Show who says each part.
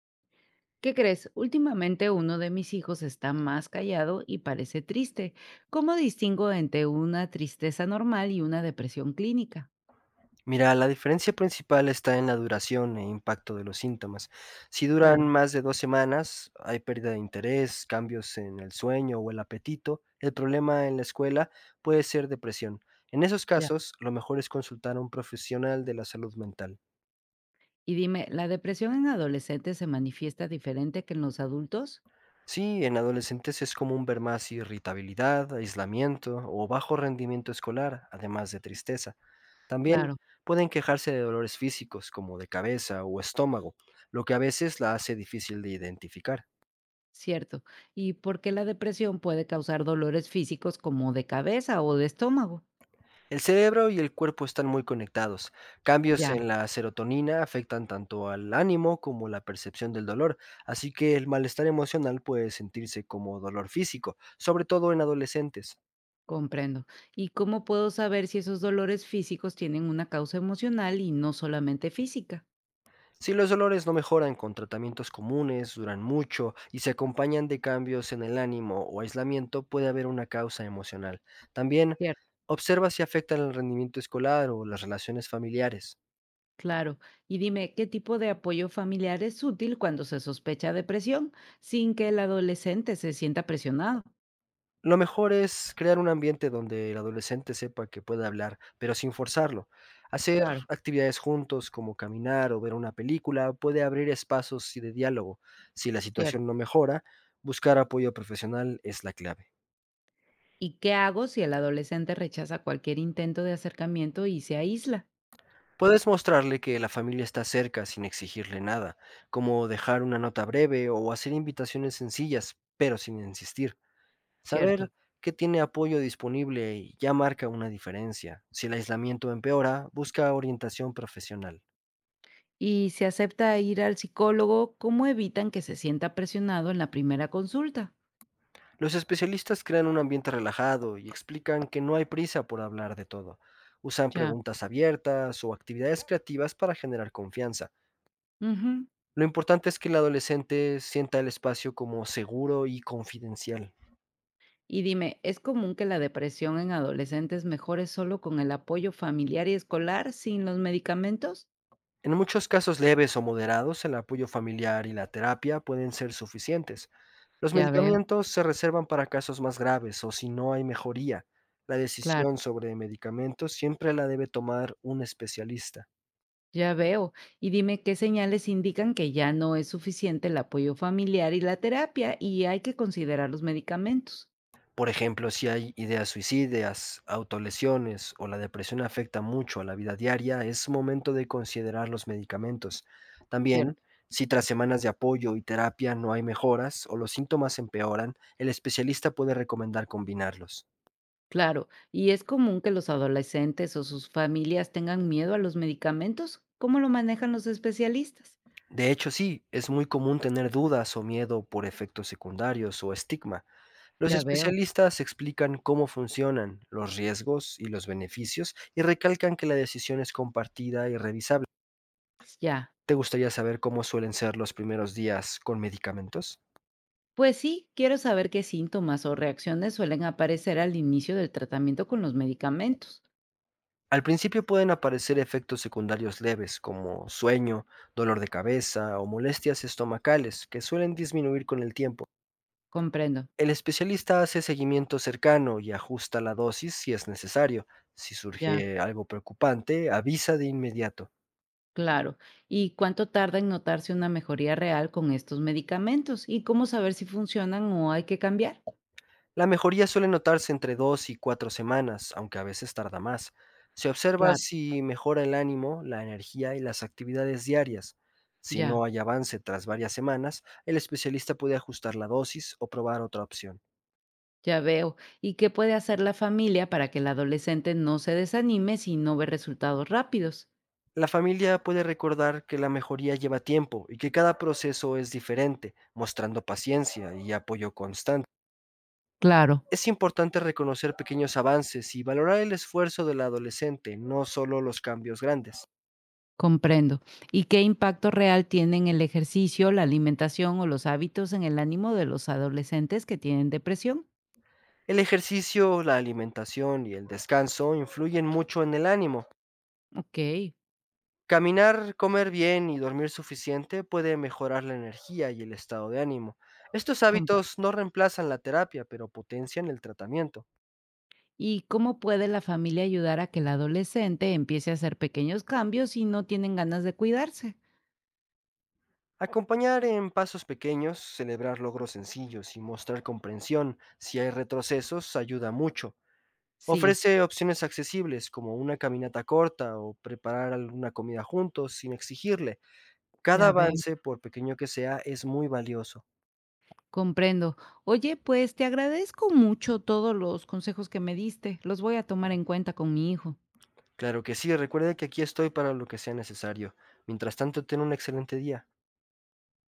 Speaker 1: ¿Qué crees? Últimamente uno de mis hijos está más callado y parece triste. ¿Cómo distingo entre una tristeza normal y una depresión clínica?
Speaker 2: Mira, la diferencia principal está en la duración e impacto de los síntomas. Si duran
Speaker 1: Sí,
Speaker 2: más de 2 semanas, hay pérdida de interés, cambios en el sueño o el apetito. El problema en la escuela puede ser depresión. En esos
Speaker 1: ya.
Speaker 2: casos, lo mejor es consultar a un profesional de la salud mental.
Speaker 1: Y dime, ¿la depresión en adolescentes se manifiesta diferente que en los adultos?
Speaker 2: Sí, en adolescentes es común ver más irritabilidad, aislamiento o bajo rendimiento escolar, además de tristeza. También
Speaker 1: Claro.
Speaker 2: pueden quejarse de dolores físicos como de cabeza o estómago, lo que a veces la hace difícil de identificar.
Speaker 1: Cierto. ¿Y por qué la depresión puede causar dolores físicos como de cabeza o de estómago?
Speaker 2: El cerebro y el cuerpo están muy conectados. Cambios
Speaker 1: Ya.
Speaker 2: en la serotonina afectan tanto al ánimo como la percepción del dolor, así que el malestar emocional puede sentirse como dolor físico, sobre todo en adolescentes.
Speaker 1: Comprendo. ¿Y cómo puedo saber si esos dolores físicos tienen una causa emocional y no solamente física?
Speaker 2: Si los dolores no mejoran con tratamientos comunes, duran mucho y se acompañan de cambios en el ánimo o aislamiento, puede haber una causa emocional. También
Speaker 1: Cierto.
Speaker 2: observa si afectan el rendimiento escolar o las relaciones familiares.
Speaker 1: Claro. Y dime, ¿qué tipo de apoyo familiar es útil cuando se sospecha depresión sin que el adolescente se sienta presionado?
Speaker 2: Lo mejor es crear un ambiente donde el adolescente sepa que puede hablar, pero sin forzarlo. Hacer
Speaker 1: Claro,
Speaker 2: actividades juntos como caminar o ver una película puede abrir espacios de diálogo. Si la
Speaker 1: cierto.
Speaker 2: situación no mejora, buscar apoyo profesional es la clave.
Speaker 1: ¿Y qué hago si el adolescente rechaza cualquier intento de acercamiento y se aísla?
Speaker 2: Puedes mostrarle que la familia está cerca sin exigirle nada, como dejar una nota breve o hacer invitaciones sencillas, pero sin insistir.
Speaker 1: Cierto.
Speaker 2: Saber que tiene apoyo disponible ya marca una diferencia. Si el aislamiento empeora, busca orientación profesional.
Speaker 1: Y si acepta ir al psicólogo, ¿cómo evitan que se sienta presionado en la primera consulta?
Speaker 2: Los especialistas crean un ambiente relajado y explican que no hay prisa por hablar de todo. Usan
Speaker 1: Ya.
Speaker 2: preguntas abiertas o actividades creativas para generar confianza.
Speaker 1: Ujú.
Speaker 2: Lo importante es que el adolescente sienta el espacio como seguro y confidencial.
Speaker 1: Y dime, ¿es común que la depresión en adolescentes mejore solo con el apoyo familiar y escolar sin los medicamentos?
Speaker 2: En muchos casos leves o moderados, el apoyo familiar y la terapia pueden ser suficientes. Los
Speaker 1: Ya veo,
Speaker 2: medicamentos se reservan para casos más graves o si no hay mejoría. La
Speaker 1: claro.
Speaker 2: decisión sobre medicamentos siempre la debe tomar un especialista.
Speaker 1: Ya veo. Y dime qué señales indican que ya no es suficiente el apoyo familiar y la terapia y hay que considerar los medicamentos.
Speaker 2: Por ejemplo, si hay ideas suicidas, autolesiones o la depresión afecta mucho a la vida diaria, es momento de considerar los medicamentos.
Speaker 1: ¿Cierto?
Speaker 2: También, si tras semanas de apoyo y terapia no hay mejoras o los síntomas empeoran, el especialista puede recomendar combinarlos.
Speaker 1: Claro, y es común que los adolescentes o sus familias tengan miedo a los medicamentos. ¿Cómo lo manejan los especialistas?
Speaker 2: De hecho, sí, es muy común tener dudas o miedo por efectos secundarios o estigma. Los
Speaker 1: Ya veo.
Speaker 2: especialistas explican cómo funcionan los riesgos y los beneficios y recalcan que la decisión es compartida y revisable.
Speaker 1: Ya.
Speaker 2: ¿Te gustaría saber cómo suelen ser los primeros días con medicamentos?
Speaker 1: Pues sí, quiero saber qué síntomas o reacciones suelen aparecer al inicio del tratamiento con los medicamentos.
Speaker 2: Al principio pueden aparecer efectos secundarios leves como sueño, dolor de cabeza o molestias estomacales que suelen disminuir con el tiempo.
Speaker 1: Comprendo.
Speaker 2: El especialista hace seguimiento cercano y ajusta la dosis si es necesario. Si
Speaker 1: Ya.
Speaker 2: surge algo preocupante, avisa de inmediato.
Speaker 1: Claro. ¿Y cuánto tarda en notarse una mejoría real con estos medicamentos? ¿Y cómo saber si funcionan o hay que cambiar?
Speaker 2: La mejoría suele notarse entre 2 y 4 semanas, aunque a veces tarda más. Se observa
Speaker 1: Claro,
Speaker 2: si mejora el ánimo, la energía y las actividades diarias. Si
Speaker 1: ya,
Speaker 2: no hay avance tras varias semanas, el especialista puede ajustar la dosis o probar otra opción.
Speaker 1: ya veo. ¿Y qué puede hacer la familia para que el adolescente no se desanime si no ve resultados rápidos?
Speaker 2: La familia puede recordar que la mejoría lleva tiempo y que cada proceso es diferente, mostrando paciencia y apoyo constante.
Speaker 1: Claro,
Speaker 2: Es importante reconocer pequeños avances y valorar el esfuerzo del adolescente, no solo los cambios grandes.
Speaker 1: comprendo. ¿Y qué impacto real tienen el ejercicio, la alimentación o los hábitos en el ánimo de los adolescentes que tienen depresión?
Speaker 2: El ejercicio, la alimentación y el descanso influyen mucho en el ánimo.
Speaker 1: Ok.
Speaker 2: Caminar, comer bien y dormir suficiente puede mejorar la energía y el estado de ánimo. Estos hábitos no reemplazan la terapia, pero potencian el tratamiento.
Speaker 1: ¿Y cómo puede la familia ayudar a que el adolescente empiece a hacer pequeños cambios si no tienen ganas de cuidarse?
Speaker 2: Acompañar en pasos pequeños, celebrar logros sencillos y mostrar comprensión si hay retrocesos ayuda mucho.
Speaker 1: Sí,
Speaker 2: Ofrece opciones accesibles como una caminata corta o preparar alguna comida juntos sin exigirle. Cada
Speaker 1: ya veo,
Speaker 2: avance, por pequeño que sea, es muy valioso.
Speaker 1: comprendo. Oye, pues te agradezco mucho todos los consejos que me diste. Los voy a tomar en cuenta con mi hijo.
Speaker 2: Claro que sí, recuerde que aquí estoy para lo que sea necesario. Mientras tanto, ten un excelente día.